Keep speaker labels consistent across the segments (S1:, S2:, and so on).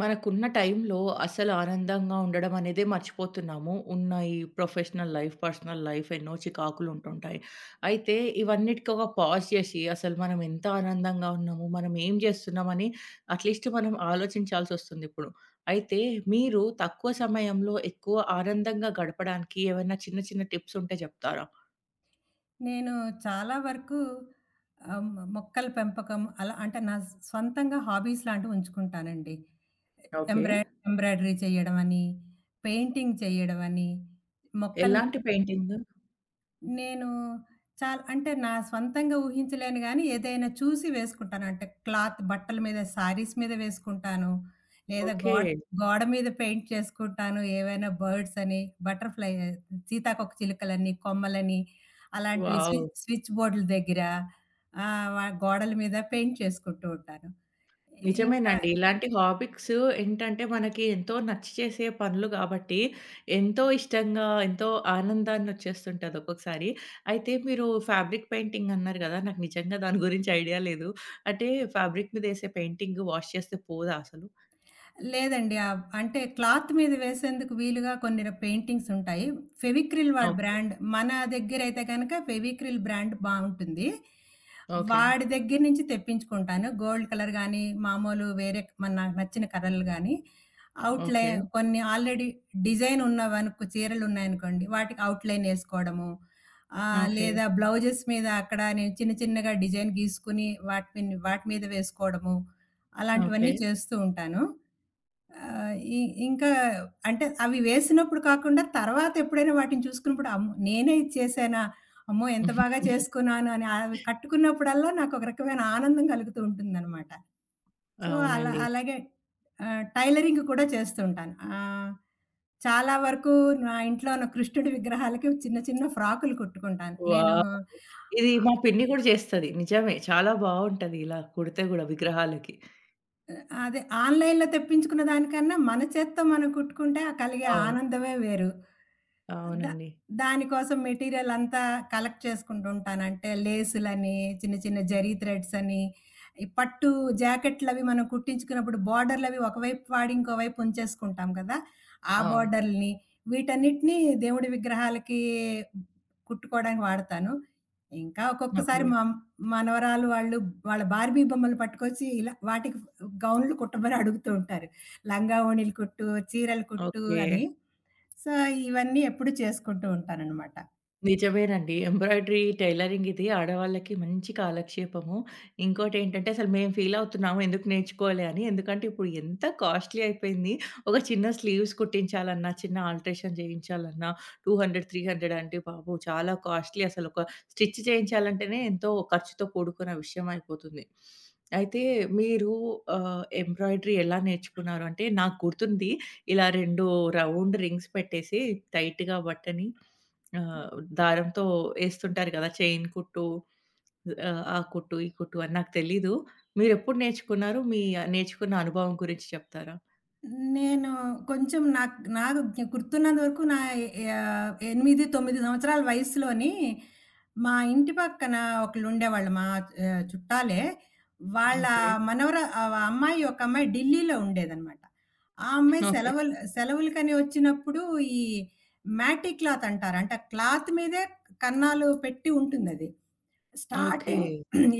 S1: మనకున్న టైంలో అసలు ఆనందంగా ఉండడం అనేదే మర్చిపోతున్నాము. ఉన్న ఈ ప్రొఫెషనల్ లైఫ్, పర్సనల్ లైఫ్ ఎన్నో చికాకులు ఉంటుంటాయి. అయితే ఇవన్నిటికి ఒక పాజ్ చేసి అసలు మనం ఎంత ఆనందంగా ఉన్నాము, మనం ఏం చేస్తున్నామని అట్‌లీస్ట్ మనం ఆలోచించాల్సొస్తుందిప్పుడు. అయితే మీరు తక్కువ సమయంలో ఎక్కువ ఆనందంగా గడపడానికి ఏవైనా చిన్న చిన్న టిప్స్ ఉంటే చెప్తారా?
S2: నేను చాలా వరకు మొక్కల పెంపకం అలా అంటే నా సొంతంగా హాబీస్ లాంటివి ఉంచుకుంటానండి.
S1: ఓకే.
S2: ఎంబ్రాయి ఎంబ్రాయిడరీ చేయడమని, పెయింటింగ్ చేయడమని, మొక్కల్ని
S1: ఎలాంటి
S2: పెం
S1: పెయింటింగ్?
S2: నేను చాలా అంటే నా స్వంతంగా ఊహించలేను గానీ, ఏదైనా చూసి వేసుకుంటాను. అంటే క్లాత్ బట్టల మీద, శారీస్ మీద వేసుకుంటాను. లేదా
S1: ఓకే.
S2: గోడ గోడ మీద పెయింట్ చేసుకుంటాను. ఏవైనా బర్డ్స్ అని, బటర్‌ఫ్లై సీతాకోక చిలుకలని, కొమ్మలని అలాంటివి స్వి
S1: వావ్!
S2: స్విచ్ బోర్డుల దగ్గర ఆహ్, వ గోడల మీద పెయింట్ చేసుకుంటూ ఉంటాను. ఇంకా
S1: నిజమేనండి. ఇలాంటి హాబీస్ ఏంటంటే, మనకి ఎంతో నచ్చి చేసే పనులు గాబట్టి, ఎంతో ఇష్టంగా, ఎంతో ఆనందాన్నొచ్చేస్తుంటది ఒక్కొక్కసారి. అయితే మీరు ఫ్యాబ్రిక్ పెయింటింగ్ అన్నారు గదా! నాకు నిజంగా దాని గురించి ఐడియా లేదు. అంటే ఫ్యాబ్రిక్ మీదేసే పెయింటింగ్ వాష్ చేస్తే పోదా అసలు?
S2: లేదండి. అంటే క్లాత్ మీద వేసేందుకు వీలుగా కొన్ని పెయింటింగ్స్ ఉంటాయి. ఫెవిక్రిల్ వాడి
S1: ఓకే.
S2: బ్రాండ్ మన దగ్గరైతే గనక ఫెవిక్రిల్ బ్రాండ్ బావుంటుంది.
S1: ఓకే.
S2: వాడి దగ్గర నుంచి తెప్పించుకుంటాను. గోల్డ్ కలర్ గానీ, మామూలు వేరే మన నాకు నచ్చిన కలర్లు గానీ, అవుట్‌లై
S1: ఓకే.
S2: కొన్ని ఆల్రెడీ డిజైన్ ఉన్నవనుకో చీరలున్నాయనుకోండి, వాటికి అవుట్‌లైన్ ఏసుకోవడము.
S1: ఓకే.
S2: లేదా బ్లౌజెస్ మీద అక్కడ నేను చిన్న చిన్నగా డిజైన్ గీసుకుని వాటి మీద వేసుకోవడము.
S1: ఓకే.
S2: అలాంటివన్నీ చేస్తూ ఉంటాను. ఆహ్, ఇ ఇంకా అంటే అవి వేసినప్పుడు కాకుండా తర్వాత ఎప్పుడైనా వాటిని చూసుకున్నప్పుడు అమ్మో! నేనే ఇది చేశానా? అమ్మో! ఎంత బాగా చేసుకున్నాను అని అవి కట్టుకున్నప్పుడల్లా నాకొక రకమైన ఆనందం కలుగుతూ ఉంటుందనమాట. సో, అలా
S1: అవునండి.
S2: అలాగే టైలరింగ్ కూడా చేస్తుంటాను. చాలా వరకు నా ఇంట్లో ఉన్న కృష్ణుడి విగ్రహాలకి చిన్న చిన్న ఫ్రాకులు కుట్టుకుంటాను. నేను
S1: వావ్! ఇది మా పిన్ని గూడా చేస్తది. నిజమే. చాలా బావుంటది ఇలా కుడితే గూడా విగ్రహాలకి.
S2: అదే ఆన్‌లైన్‌లో తెప్పించుకున్న దానికన్నా మన చేత్తో మనం కుట్టుకుంటే ఆ కలిగే
S1: అవును.
S2: ఆనందమే వేరు. దా
S1: అవునండి.
S2: దానికోసం మెటీరియల్ అంతా కలెక్ట్ చేసుకుంటూ ఉంటాను. అంటే లేసులని, చిన్న చిన్న జరీ థ్రెడ్స్ అని, ఈ పట్టు జాకెట్‌లవి మనం కుట్టించుకున్నప్పుడు బోర్డర్‌లవి ఒకవైపు వాడి ఇంకోవైపు ఉంచేసుకుంటాం కదా! ఆ
S1: అవును.
S2: బోర్డర్‌లని వీటన్నిటిని దేవుడి విగ్రహాలకి కుట్టుకోవడానికి వాడతాను. ఇంకా ఒక్కొక్కసారి
S1: ఓకే.
S2: మా మనవరాలు వాళ్ళు వాళ్ళ బార్బీ బొమ్మలు పట్టుకొచ్చి ఇలా వాటికి గౌన్‌లు కుట్టమని అడుగుతూ ఉంటారు. లంగా ఓణీలు కుట్టు, చీరలు కుట్టు
S1: ఓకే.
S2: అని. సో, ఇవన్నీ ఎప్పుడు చేసుకుంటూ ఉంటాననమాట.
S1: నిజమేనండి. ఎంబ్రాయిడరీ, టైలరింగ్ ఇది ఆడవాళ్ళకి మంచి కాలక్షేపము. ఇంకోటేంటంటే అసలు మేము ఫీల్ అవుతున్నాము ఎందుకు నేర్చుకోలే అని. ఎందుకంటే ఇప్పుడు ఎంత కాస్ట్‌లీ అయిపోయింది. ఒక చిన్న స్లీవ్స్ కుట్టించాలన్నా, చిన్న ఆల్టరేషన్ చేయించాలన్నా 200, 300 అంటే బాబు చాలా కాస్ట్‌లీ అసలు ఒక స్టిచ్ చేయించాలంటేనే ఎంతో ఖర్చుతో కూడుకున్న విషయం అయిపోతుంది. అయితే మీరు ఎంబ్రాయిడరీ ఎలా నేర్చుకున్నారు? అంటే నాకు గుర్తుంది ఇలా 2 రౌండ్ రింగ్స్ పెట్టేసి టైట్‌గా బట్టని ఆహ్, దారంతో ఏస్తుంటారు గదా! చైన్ కుట్టు, ఆ కుట్టు, ఈ కుట్టు అని నాకు తెలీదు. మీరెప్పుడు నేర్చుకున్నారు? మీ నేర్చుకున్న అనుభవం గురించి చెప్తారా?
S2: నేను కొంచెం నాకు నాకు జ్ఞ గుర్తున్నంత వరకు నా 8, 9 సంవత్సరాల వయసులోని మా ఇంటి పక్కన ఒకళ్ళుండేవాళ్ళు మా చుట్టాలే. వాళ్ళ
S1: ఓకే.
S2: మనవరా ఆహ్, అమ్మాయి ఒక అమ్మాయి ఢిల్లీలో ఉండేదనమాట. ఆ అమ్మాయి
S1: ఓకే.
S2: సెలవులకని వచ్చినప్పుడు ఈ మ్యాటి క్లాత్ అంటారు. అంటే క్లాత్ మీదే కన్నాలు పెట్టి ఉంటుందది.
S1: ఓకే.
S2: స్టార్టింగ్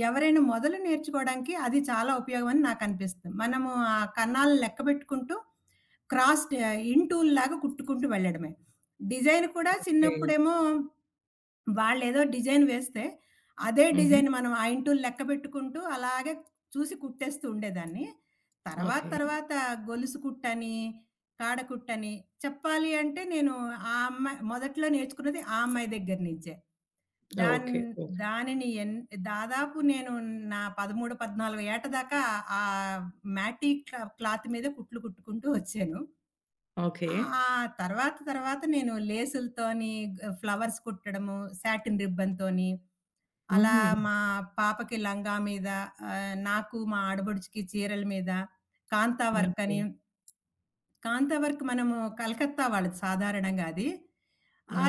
S2: ఎవరైనా మొదలు నేర్చుకోవడానికి అది చాలా ఉపయోగమని నాకనిపిస్తుంది. మనము ఆ కన్నాలను లెక్కబెట్టుకుంటూ క్రాస్ ట్ ఇంటూల్‌లాగా కుట్టుకుంటూ వెళ్ళడమే. డిజైన్ కూడా
S1: ఓకే.
S2: చిన్నప్పుడేమో వాళ్ళేదో డిజైన్ వేస్తే, అదే
S1: హుహు.
S2: డిజైన్ మనం ఆ ఇంటూలు లెక్కబెట్టుకుంటూ అలాగే చూసి కుట్టేస్తూ ఉండేదాన్ని. తర్వాత
S1: ఓకే.
S2: తర్వాత గొలుసు కుట్టని కాడకుట్టని. చెప్పాలి అంటే నేను ఆ అమ్మాయి మొదట్లో నేర్చుకున్నది ఆ అమ్మాయి దగ్గర నుంచే. దాన్
S1: ఓకే. ఓకే.
S2: దానిని ఎన్ దాదాపు నేను నా 13, 14 ఏట దాకా ఆ మ్యాటి క్లాత్ మీద కుట్లు కుట్టుకుంటూ వచ్చాను.
S1: ఓకే.
S2: ఆ తర్వాత తర్వాత నేను లేసులతోని ఫ్లవర్స్ కుట్టడము, సాటిన్ రిబ్బన్‌తోని, అలా
S1: హుహు.
S2: మా పాపకి లంగా మీద నాకు మా ఆడబడుచుకి చీరల మీద కాంతా వర్క్
S1: ఓకే.
S2: అని కాంతా వర్క్ మనము కలకత్తా వాళ్ళది సాధారణంగా అది.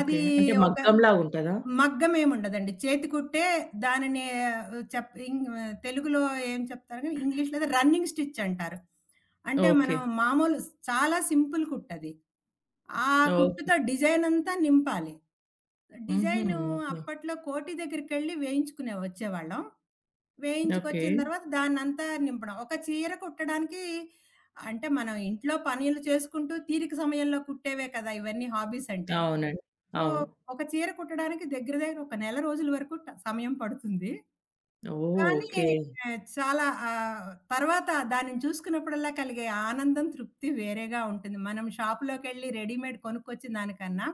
S1: ఓకే. అంటే
S2: ఒక
S1: మగ్గంలా ఉంటదా?
S2: మగ్గమేముండదండి. చేతి కుట్టే దానిని చెప్ ఇంగ్ తెలుగులో ఏం చెప్తారు గానీ, ఇంగ్లీష్‌లో అది రన్నింగ్ స్టిచ్ అంటారు. అంటే
S1: ఓకే.
S2: మనం మామూలు చాలా సింపుల్ కుట్టది. ఆ
S1: ఓకే.
S2: కుట్టుతో డిజైనంతా నింపాలి.
S1: హుహు.
S2: Design
S1: okay.
S2: అప్పట్లో కోటి దగ్గరికెళ్ళి వేయించుకునే వచ్చేవాళ్ళం.
S1: ఓకే.
S2: వేయించుకొచ్చిన తర్వాత దాన్నంతా నింపడం. ఒక చీర కుట్టడానికి అంటే మనం ఇంట్లో పనులు చేసుకుంటూ తీరిక సమయంలో కుట్టేవే కదా! ఇవన్నీ హాబీస్ అంటే.
S1: అవునండి.
S2: సో,
S1: అవును.
S2: ఒక చీర కుట్టడానికి దగ్గర దగ్గర ఒక నెల రోజుల వరకు సమయం పడుతుంది.
S1: ఓహ్!
S2: కానీ
S1: ఓకే.
S2: చాలా తర్వాత దానిని చూసుకున్నప్పుడల్లా కలిగే ఆనందం, తృప్తి వేరేగా ఉంటుంది. మనం షాపులోకెళ్ళి రెడీమేడ్ కొనుక్కొచ్చిన దానికన్నా,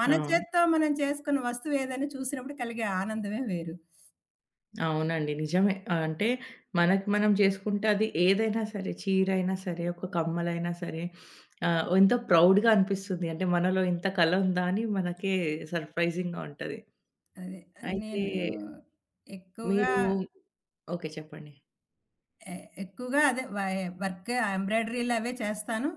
S2: మన
S1: అవును.
S2: చేత్తో మనం చేసుకున్న వస్తువు ఏదని చూసినప్పుడు కలిగే ఆనందమే వేరు.
S1: అవునండి. నిజమే. ఆ, అంటే మనకి మనం చేసుకుంటే అది ఏదైనా సరే చీరైనా సరే, ఒక కమ్మలైనా సరే ఎంతో ప్రౌడ్‌గా అనిపిస్తుంది. అంటే మనలో ఇంత కళ ఉందా అని మనకే సర్ప్రైజింగ్‌గా ఉంటది.
S2: అదే
S1: అయితే
S2: నేను ఎక్కువగా
S1: మీరు ఓకే. చెప్పండి.
S2: ఎ ఎక్కువగా అదే వై వర్క్ ఎంబ్రాయిడరీలు అవే చేస్తాను.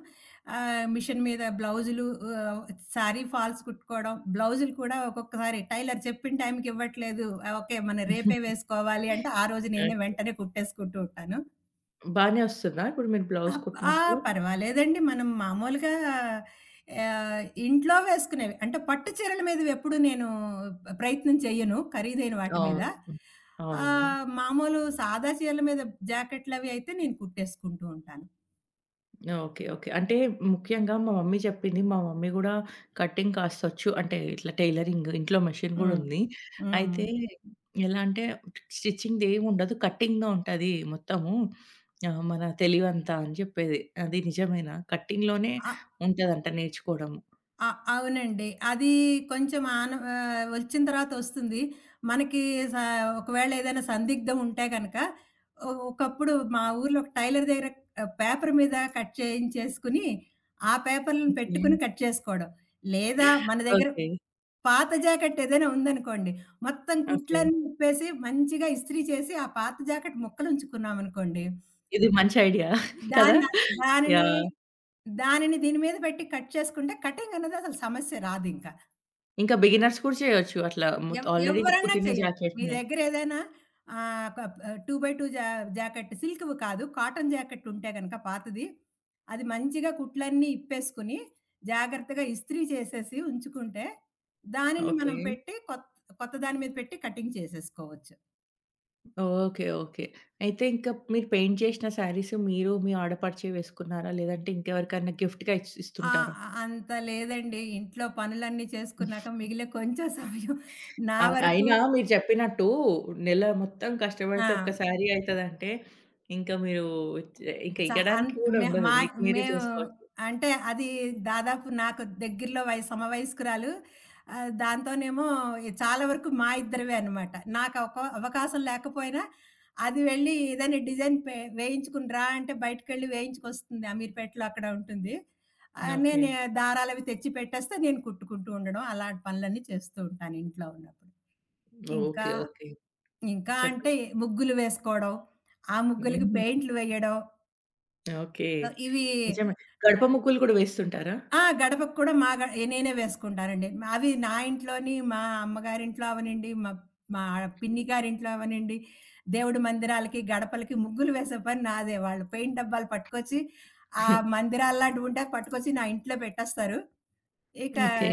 S2: మిషన్ మీద బ్లౌజులు ఆహ్, సారీ ఫాల్స్ కుట్టుకోవడం. బ్లౌజులు కూడా ఒక్కొక్కసారి టైలర్ చెప్పిన టైంకి ఇవ్వట్లేదు. ఆ, ఓకే. మనం రేపే వేసుకోవాలి అంటే, ఆ రోజు
S1: ఓకే.
S2: నేనే వెంటనే కుట్టేసుకుంటూ ఉంటాను.
S1: బానే వస్తుందా ఇప్పుడు మీరు బ్లౌజ్
S2: అప్ ఆ!
S1: కుట్టినప్పుడు?
S2: పర్వాలేదండి. మనం మామూలుగా ఇంట్లో వేసుకునేవి. అంటే పట్టు చీరల మీదవెప్పుడు నేను ప్రయత్నం చెయ్యను. ఖరీదైన వాటి
S1: అవును.
S2: మీద.
S1: హ్మ్. అవునవును.
S2: మామూలు సాదా చీరల మీద జాకెట్‌లవి అయితే నేను కుట్టేసుకుంటూ ఉంటాను.
S1: ఓకే. ఓకే. అంటే ముఖ్యంగా మా మమ్మీ చెప్పింది. మా మమ్మీ గూడా కటింగ్ కాస్తొచ్చు. అంటే ఇట్లా టైలరింగ్ ఇంట్లో మెషిన్ గూడా
S2: హ్మ్.
S1: ఉంది.
S2: హ్మ్.
S1: అయితే ఎలా అంటే స్టిచ్చింగ్‌దేముండదు. కటింగ్‌లో ఉంటది మొత్తము. మన తెలివంతా అని జెప్పేది. అది నిజమేనా? కటింగ్‌లోనే
S2: ఆ
S1: ఉంటదంట నేర్చుకోవడము.
S2: అ అవునండి. అది కొంచెం వచ్చిన తర్వాత వస్తుంది. మనకి స ఒకవేళ ఏదైనా సందిగ్ధం ఉంటే గనక ఒకప్పుడు మా ఊర్లో ఒక టైలర్ దగ్గర పేపర్ మీద కట్ చేయించేసుకొని, ఆ పేపర్‌లను
S1: ఓకే.
S2: పెట్టుకొని కట్ చేసుకోవడం. లేదా మన దగ్గర
S1: ఓకే.
S2: పాత జాకెట్ ఏదైనా ఉందనుకోండి, మొత్తం
S1: ఓకే.
S2: కుట్లన్నీ విప్పేసి మంచిగా ఇస్త్రీ చేసి, ఆ పాత జాకెట్ ముక్కలుంచుకున్నామనుకోండి,
S1: ఇది మంచి ఐడియా కదా!
S2: దాన్న దానిని
S1: యాహ్!
S2: దానిని దీని మీద పెట్టి కట్ చేసుకుంటే కటింగ్ అనేది అసలు సమస్య రాదింక.
S1: ఇంకా బిగినర్స్ కూడా చేయొచ్చు. అట్లా ఆల్రెడీ
S2: ఎవ్వరన్నా
S1: కుట్టిన
S2: చేయొచ్చు. మీ
S1: జాకెట్‌ని.
S2: దగ్గర ఏదైనా ఆహ్, క 2 బై 2 జాకెట్ సిల్క్‌వి కాదు. కాటన్ జాకెట్ ఉంటే గనక పాతది. అది మంచిగా కుట్లన్నీ ఇప్పేసుకొని, జాగ్రత్తగా ఇస్త్రీ చేసేసి ఉంచుకుంటే, దానిని మనం
S1: ఓకే.
S2: పెట్టి కొత్త దాని మీద పెట్టి కటింగ్ చేసేసుకోవచ్చు.
S1: ఓకే. ఓకే. అయితే ఇంకా మీరు పెయింట్ చేసిన శారీస్ మీరు మీ ఆడపడిచే వేసుకున్నారా? లేదంటే ఇంకెవరికైనా గిఫ్ట్‌గా
S2: ఆ!
S1: ఇస్తుంటారా?
S2: ఆ, అంత లేదండి. ఇంట్లో పనులన్నీ చేసుకున్నాక మిగిలే కొంచెం సమయం నా
S1: ఆ!
S2: వరకు
S1: అయినా మీరు చెప్పినట్టు నెల మొత్తం
S2: ఆ!
S1: కష్టపడితే ఒక్క శారీ అయితదంటే ఇంకా మీరు ఇంక
S2: చ అన్
S1: ఇయ్యడానికి కూడా
S2: మే
S1: ఉండదు.
S2: మా
S1: మీకు మీరే
S2: మేము
S1: చేసుకోవచ్చు.
S2: అంటే అది దాదాపు నాకు దగ్గరలో సమవయస్కురాలు. దాంతోనేమో చాలా వరకు మా ఇద్దరివే అనమాట. నాకు ఒక అవకాశం లేకపోయినా అది వెళ్లి ఏదైనా డిజైన్ పే వేయించుకుని రా అంటే బయటికెళ్ళి వేయించుకొస్తుంది. అమీర్పేటలో అక్కడ ఉంటుంది.
S1: ఓకే.
S2: నేను దారాలవి తెచ్చి పెట్టేస్తే నేను కుట్టుకుంటూ ఉండడం అలాంటి పనులన్నీ చేస్తూ ఉంటాను ఇంట్లో ఉన్నప్పుడు. ఇంకా,
S1: ఓకే. ఓకే.
S2: ఇంకా అంటే
S1: చెప్పండి.
S2: ముగ్గులు వేసుకోవడం, ఆ ముగ్గులకి
S1: హుహు.
S2: పెయింట్లు వేయడం.
S1: ఓకే.
S2: సో, ఇవి
S1: నిజమే. గడప ముగ్గులు కూడా వేస్తుంటారా?
S2: ఆ! గడపకు కూడా మా గ నేనే వేసుకుంటానండి. అవి నా ఇంట్లోని, మా అమ్మగారింట్లో అవ్వనండి, మా మా పిన్ని గారింట్లో అవ్వనండి, దేవుడి మందిరాలకి, గడపలకి ముగ్గులు వేసే పని నాదే. వాళ్ళు పెయింట్ డబ్బాలు పట్టుకొచ్చి, ఆ మందిరాల్లాంటివి ఉంటే పట్టుకొచ్చి నా ఇంట్లో పెట్టేస్తారు. ఇక
S1: ఓకే.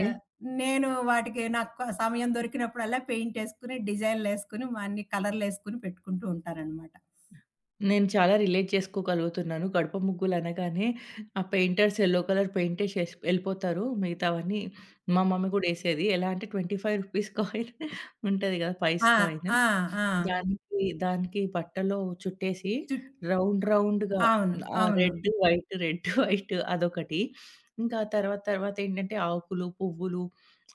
S2: నేను వాటికి నాకు సమయం దొరికినప్పుడల్లా పెయింట్ ఏసుకుని, డిజైన్‌లేసుకుని, మా అన్ని కలర్‌లేసుకుని పెట్టుకుంటూ ఉంటాననమాట.
S1: నేను చాలా రిలేట్ చేసుకోగలుగుతున్నాను. కడప ముగ్గులనగానే ఆ పెయింటర్స్ యెల్లో కలర్ పెయింటేసేసి యెళ్ళిపోతారు. మిగతావన్నీ మా మమ్మీ గూడా యేసేది. ఎలా అంటే రూ. 25 కాయిన్ ఉంటది గదా! పైస్
S2: ఆ!
S1: కాయిన్.
S2: ఆ! ఆ!
S1: దానికి, దానికి బట్టలో చుట్టేసి
S2: చుట్
S1: రౌండ్ రౌండ్‌గా
S2: అవును. అవును.
S1: రెడ్, వైట్, రెడ్, వైట్ అదొకటి. ఇంకా తర్వాత తర్వాత ఏంటంటే ఆకులు, పువ్వులు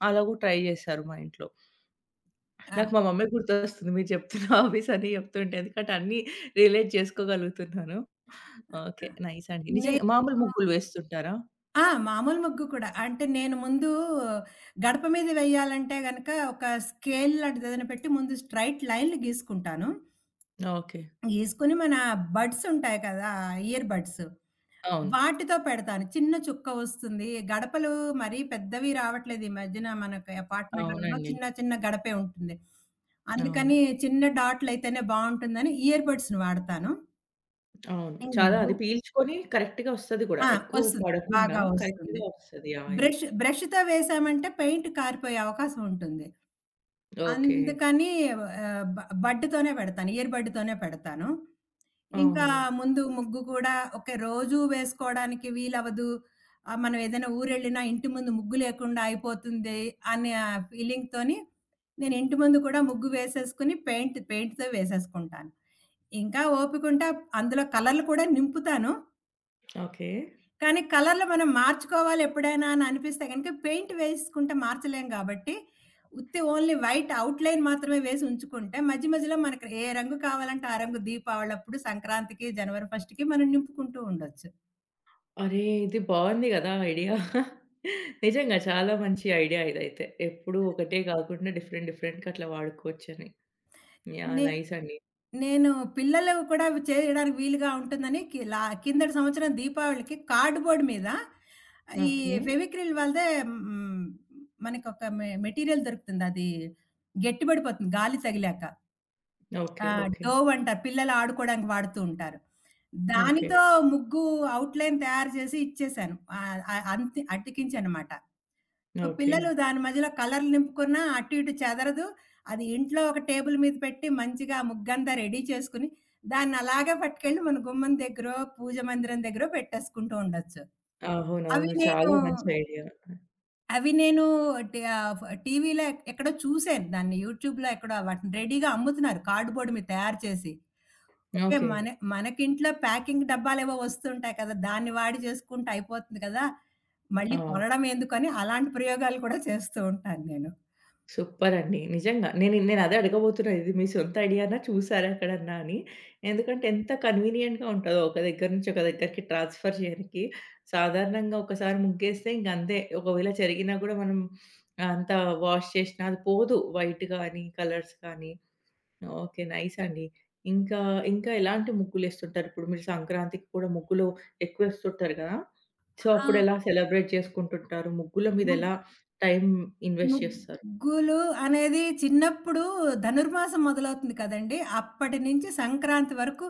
S1: అలా గూడా ట్రై జేశారు మా ఇంట్లో.
S2: ఆ!
S1: నాకు
S2: ఆ!
S1: మా మమ్మీ గుర్తొస్తుంది. మీరు చెప్తున్న హాబీస్ అన్నీ చెప్తుంటే. ఎందుకంటే అన్నీ రిలేట్ చేసుకోగలుగుతున్నాను.
S2: ఆ!
S1: ఓకే. నైస్ అండి.
S2: నేను
S1: నిజంగా మామూలు ముగ్గులు వేస్తుంటారా?
S2: ఆ! మామూలు ముగ్గు కూడా. అంటే నేను ముందు గడప మీద వేయాలంటే గనక ఒక స్కేల్ లాంటిదేదైనా పెట్టి ముందు స్ట్రెయిట్ లైన్‌లు గీసుకుంటాను.
S1: ఓకే.
S2: గీసుకొని మన బడ్స్ ఉంటాయి కదా! ఇయర్ బడ్స్
S1: అవును.
S2: వాటితో పెడతాను. చిన్న చుక్క వస్తుంది. గడపలు మరీ పెద్దవి రావట్లేదు ఈ మధ్యన మనకు అపార్ట్‌మెంట్‌లలో
S1: అవునండి.
S2: చిన్న చిన్న గడపే ఉంటుంది.
S1: అవును.
S2: అందుకని చిన్న డాట్‌లయితేనే బావుంటుందని ఇయర్ బడ్స్‌ని వాడతాను.
S1: అవును. చాలా అది పీల్చుకొని కరెక్ట్‌గా వస్తది గూడా.
S2: ఆ!
S1: ఎక్కువ
S2: వస్తుంది.
S1: పడకుండా
S2: బాగా వస్తుంది.
S1: కరెక్ట్‌గా వస్తది. యాహ్! యాహ్!
S2: బ్రష్‌తో వేసామంటే పెయింట్ కారిపోయే అవకాశం ఉంటుంది.
S1: ఓకే.
S2: అందుకని ఆహ్, బ బడ్‌తోనే పెడతాను. ఇయర్ బడ్‌తోనే పెడతాను. ఇంకా
S1: అవును.
S2: ముందు ముగ్గు కూడా ఓకే. రోజూ వేసుకోవడానికి వీలవ్వదు. మనం ఏదైనా ఊరెళ్ళినా ఇంటి ముందు ముగ్గు లేకుండా అయిపోతుంది అనే ఫీలింగ్‌తోని నేను ఇంటి ముందు కూడా ముగ్గు వేసేసుకొని పెయింట్‌తో వేసేసుకుంటాను. ఇంకా ఓపికుంటే అందులో కలర్‌లు కూడా నింపుతాను.
S1: ఓకే.
S2: కానీ కలర్‌లు మనం మార్చుకోవాలి ఎప్పుడైనా అని అనిపిస్తే గనుక పెయింట్ వేసుకుంటే మార్చలేం గాబట్టి, ఉత్తి ఓన్లీ వైట్ ఔట్‌లైన్ మాత్రమే వేసి ఉంచుకుంటే, మధ్య మధ్యలో మనకి ఏ రంగు కావాలంటే ఆ రంగు దీపావళప్పుడు, సంక్రాంతికి, జనవరి ఫస్ట్‌కి మనం నింపుకుంటూ ఉండొచ్చు.
S1: అరే! ఇది బావుంది గదా! ఐడియా. నిజంగా చాలా మంచి ఐడియా ఇదైతే. ఎప్పుడూ ఒకటే గాకుండా డిఫరెంట్ డిఫరెంట్‌గా అట్లా వాడుకోవచ్చని. యాహ్!
S2: నే
S1: నైస్ అండి.
S2: నేను పిల్లలు కూడా అవి చేయడానికి వీలుగా ఉంటుందని కి లా కిందటి సంవత్సరం దీపావళికి కార్డ్‌బోర్డ్ మీద ఈ
S1: ఓకే.
S2: ఫెవిక్రిల్ వాళ్ళదే హ్మ్, మనకొక మెటీరియల్ దొరుకుతుంది. అది గట్టిపడిపోతుంది గాలి తగిలాక.
S1: ఓకే.
S2: ఆ!
S1: ఓకే.
S2: డోవ్ అంటారు. పిల్లలు ఆడుకోవడానికి వాడుతూ ఉంటారు.
S1: ఓకే.
S2: దానితో ముగ్గు ఔట్‌లైన్ తయారు చేసి ఇచ్చేసాను. ఆహ్, ఆహ్, అంతి అతికించానమాట. So,
S1: okay.
S2: పిల్లలు దాని మధ్యలో కలర్‌లు నింపుకున్నా అటు ఇటు చెదరదు. అది ఇంట్లో ఒక టేబుల్ మీద పెట్టి మంచిగా ముగ్గంతా రెడీ చేసుకొని, దాన్ని అలాగే పట్టుకెళ్ళి మన గుమ్మం దగ్గరో, పూజ మందిరం దగ్గరో పెట్టేసుకుంటూ ఉండొచ్చు. అవి
S1: అవునవును.
S2: నేను
S1: చాలా మంచి ఐడియా.
S2: అవి నేను టి ఆహ్, ఫ్ టీవీలో ఎక్కడో చూసాను దాన్ని. యూట్యూబ్‌లో ఎక్కడో వాటిని రెడీగా అమ్ముతున్నారు కార్డ్‌బోర్డ్ మీద తయారు చేసి. ఓకే.
S1: ఓకే.
S2: మనకింట్లో ప్యాకింగ్ డబ్బాలేవో వస్తుంటాయి కదా! దాన్ని వాడి చేసుకుంటే అయిపోతుంది కదా! మళ్ళీ
S1: ఆ!
S2: కొనడం ఎందుకని అలాంటి ప్రయోగాలు కూడా చేస్తూ ఉంటాను నేను.
S1: సూపరండి. నిజంగా. నేనదే అడగబోతున్నా. ఇది మీ సొంత ఐడియానా? చూసారా ఎక్కడన్నా అని. ఎందుకంటే ఎంత కన్వీనియంట్‌గా ఉంటదో ఒక దగ్గర నుంచి ఒక దగ్గరికి ట్రాన్స్‌ఫర్ చేయనికి. సాధారణంగా ఒకసారి ముగ్గేస్తే ఇంక అంతే. ఒకవేళ చెరిగినా గూడా మనం అంతా వాష్ చేసినా అది పోదు వైట్ గానీ, కలర్స్ కానీ. ఓకే. నైస్ అండి. ఇంకా, ఇంకా ఎలాంటి ముగ్గులేస్తుంటారు? ఇప్పుడు మీరు సంక్రాంతికి కూడా ముగ్గులు ఎక్కువేస్తుంటారు గదా! సో,
S2: ఆ!
S1: అప్పుడెలా సెలబ్రేట్ చేసుకుంటుంటారు? ముగ్గుల మీద
S2: ము
S1: ఎలా టైమ్ ఇన్వెస్ట్ చేస్తారు?
S2: ముగ్గులు అనేది చిన్నప్పుడు ధనుర్మాసం మొదలవుతుంది కదండీ! అప్పటి నుంచి సంక్రాంతి వరకు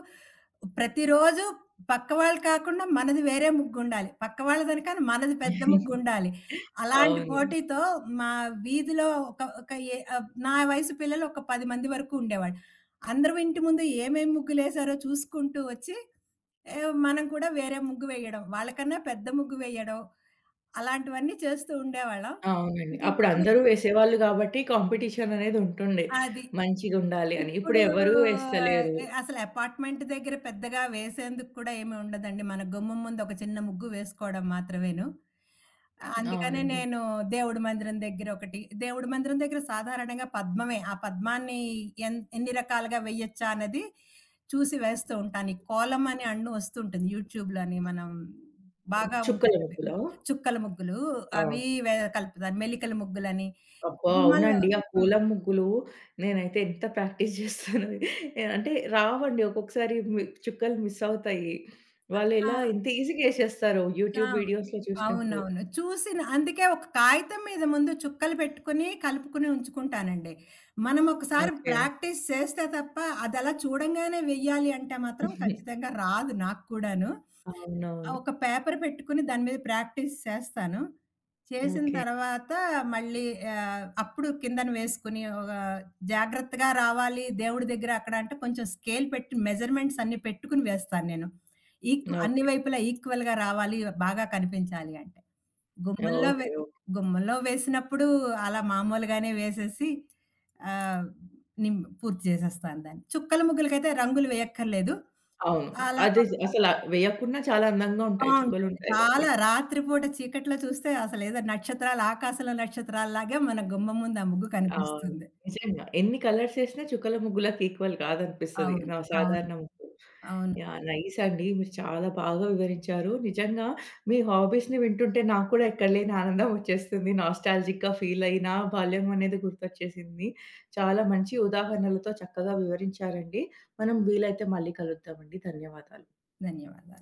S2: ప్రతిరోజు పక్క వాళ్ళు కాకుండా మనది వేరే ముగ్గుండాలి. పక్క వాళ్ళదని కాని మనది పెద్ద ముగ్గుండాలి. అలాంటి
S1: అవును.
S2: పోటీతో మా వీధిలో ఒక ఒక ఏ ఆహ్, నా వయసు పిల్లలు ఒక 10 మంది వరకు ఉండేవాళ్ళు. అందరూ ఇంటి ముందు ఏమేమి ముగ్గులేసారో చూసుకుంటూ వచ్చి ఏహ్, మనం కూడా వేరే ముగ్గు వేయడం. వాళ్ళకన్నా పెద్ద ముగ్గు వేయడం. అలాంటివన్నీ చేస్తూ ఉండేవాళ్ళం.
S1: అవునండి. అప్పుడు
S2: ఇంకిప్పుడు
S1: అందరూ వేసేవాళ్ళు గాబట్టి కాంపిటీషన్ అనేది ఉంటుండే.
S2: అది.
S1: మంచిగుండాలి అని. ఇప్పుడు
S2: ఇప్పుడు
S1: ఎవరు వేస్తలేరు.
S2: అసలు అపార్ట్‌మెంట్ దగ్గర పెద్దగా వేసేందుకు కూడా ఏమి ఉండదండి. మన గుమ్మం ముందు ఒక చిన్న ముగ్గు వేసుకోవడం మాత్రమేను. అందుకనే
S1: అవునండి.
S2: నేను దేవుడి మందిరం దగ్గర ఒకటి, దేవుడి మందిరం దగ్గర సాధారణంగా పద్మమే. ఆ పద్మాన్ని ఎన్ని రకాలుగా వేయొచ్చా అనేది చూసి వేస్తూ ఉంటాను. ఈ కోలం అని అన్ను వస్తుంటుంది యూట్యూబ్‌లోని మనం బాగా
S1: చుక్కల
S2: ఉంటాయి అవి.
S1: ముగ్గులా?
S2: చుక్కల ముగ్గులు
S1: ఆ!
S2: అవి కలుపుతాను. మెలికల ముగ్గులని.
S1: అబ్బా!
S2: గుమ్మల్లో
S1: అవునండి. ఆ
S2: హ్మ్.
S1: పూలం ముగ్గులు నేనైతే ఎంత ప్రాక్టీస్ చేస్తానో అంటే రావండి. ఒక్కొక్కసారి చుక్కలు మిస్ అవుతాయి. వాళ్ళెలా
S2: ఆ!
S1: ఎంత ఈజీగా ఏసేస్తారో
S2: ఆ!
S1: యూట్యూబ్ వీడియోస్‌లో చూసినప్పుడు.
S2: అవునవును. చూసిన అందుకే ఒక కాగితం మీద ముందు చుక్కలు పెట్టుకొని, కలుపుకొని ఉంచుకుంటానండి. మనం ఒకసారి
S1: ఓకే.
S2: ప్రాక్టీస్ చేస్తే తప్ప, అదలా చూడంగానే వెయ్యాలి అంటే మాత్రం ఖచ్చితంగా రాదు నాకు కూడాను.
S1: అవునవును.
S2: ఒక పేపర్ పెట్టుకొని దాని మీద ప్రాక్టీస్ చేస్తాను. చేసిన
S1: ఓకే.
S2: తర్వాత మళ్ళీ అప్పుడు కిందన వేసుకొని ఒక జాగ్రత్తగా రావాలి దేవుడి దగ్గర అక్కడ అంటే కొంచెం స్కేల్ పెట్టి మెజర్‌మెంట్స్ అన్నీ పెట్టుకొని వేస్తాను నేను. అన్ని
S1: ఓకే.
S2: వైపులా ఈక్వల్‌గా రావాలి, బాగా కనిపించాలి అంటే.
S1: ఓకే.
S2: గుమ్మంలో వే
S1: ఓకే.
S2: గుమ్మంలో వేసినప్పుడు అలా మామూలుగానే వేసేసి ఆహ్, నిం పూర్తి చేసేస్తాను దాన్ని. చుక్కల ముగ్గులకైతే రంగులు వేయక్కర్లేదు.
S1: అవును.
S2: అలా కా
S1: అదే అసల వేయకున్నా చాలా అందంగా ఉంటాయి.
S2: బావుంటది.
S1: చుక్కలుంటాయి
S2: చాలా
S1: కాబట్టి.
S2: రాత్రిపూట చీకట్లో చూస్తే అసలేదో నక్షత్రాలు ఆకాశంలో నక్షత్రాల్లాగే మన గుమ్మం ముందు ఆ ముగ్గు
S1: అవును.
S2: కనిపిస్తుంది.
S1: నిజంగా. ఎన్ని కలర్స్ ఏసినా చుక్కల ముగ్గులకి ఈక్వల్ కాదనిపిస్తది.
S2: అవును.
S1: నా
S2: అవును.
S1: సాధారణ ముగ్గు.
S2: అవును.
S1: యాహ్! నైస్ అండి. మీరు చాలా బాగా వివరించారు. నిజంగా మీ హాబీస్‌ని వింటుంటే నాకు కూడా ఎక్కడ లేని ఆనందం వచ్చేస్తుంది. నాస్టాల్జిక్‌గా ఫీల్ అయినా, బాల్యం అనేది గుర్తొచ్చేసింది. చాలా మంచి ఉదాహరణలతో చక్కగా వివరించారండి. మనం వీలైతే మళ్ళీ కలుద్దామండి. ధన్యవాదాలు.
S2: ధన్యవాదాలు.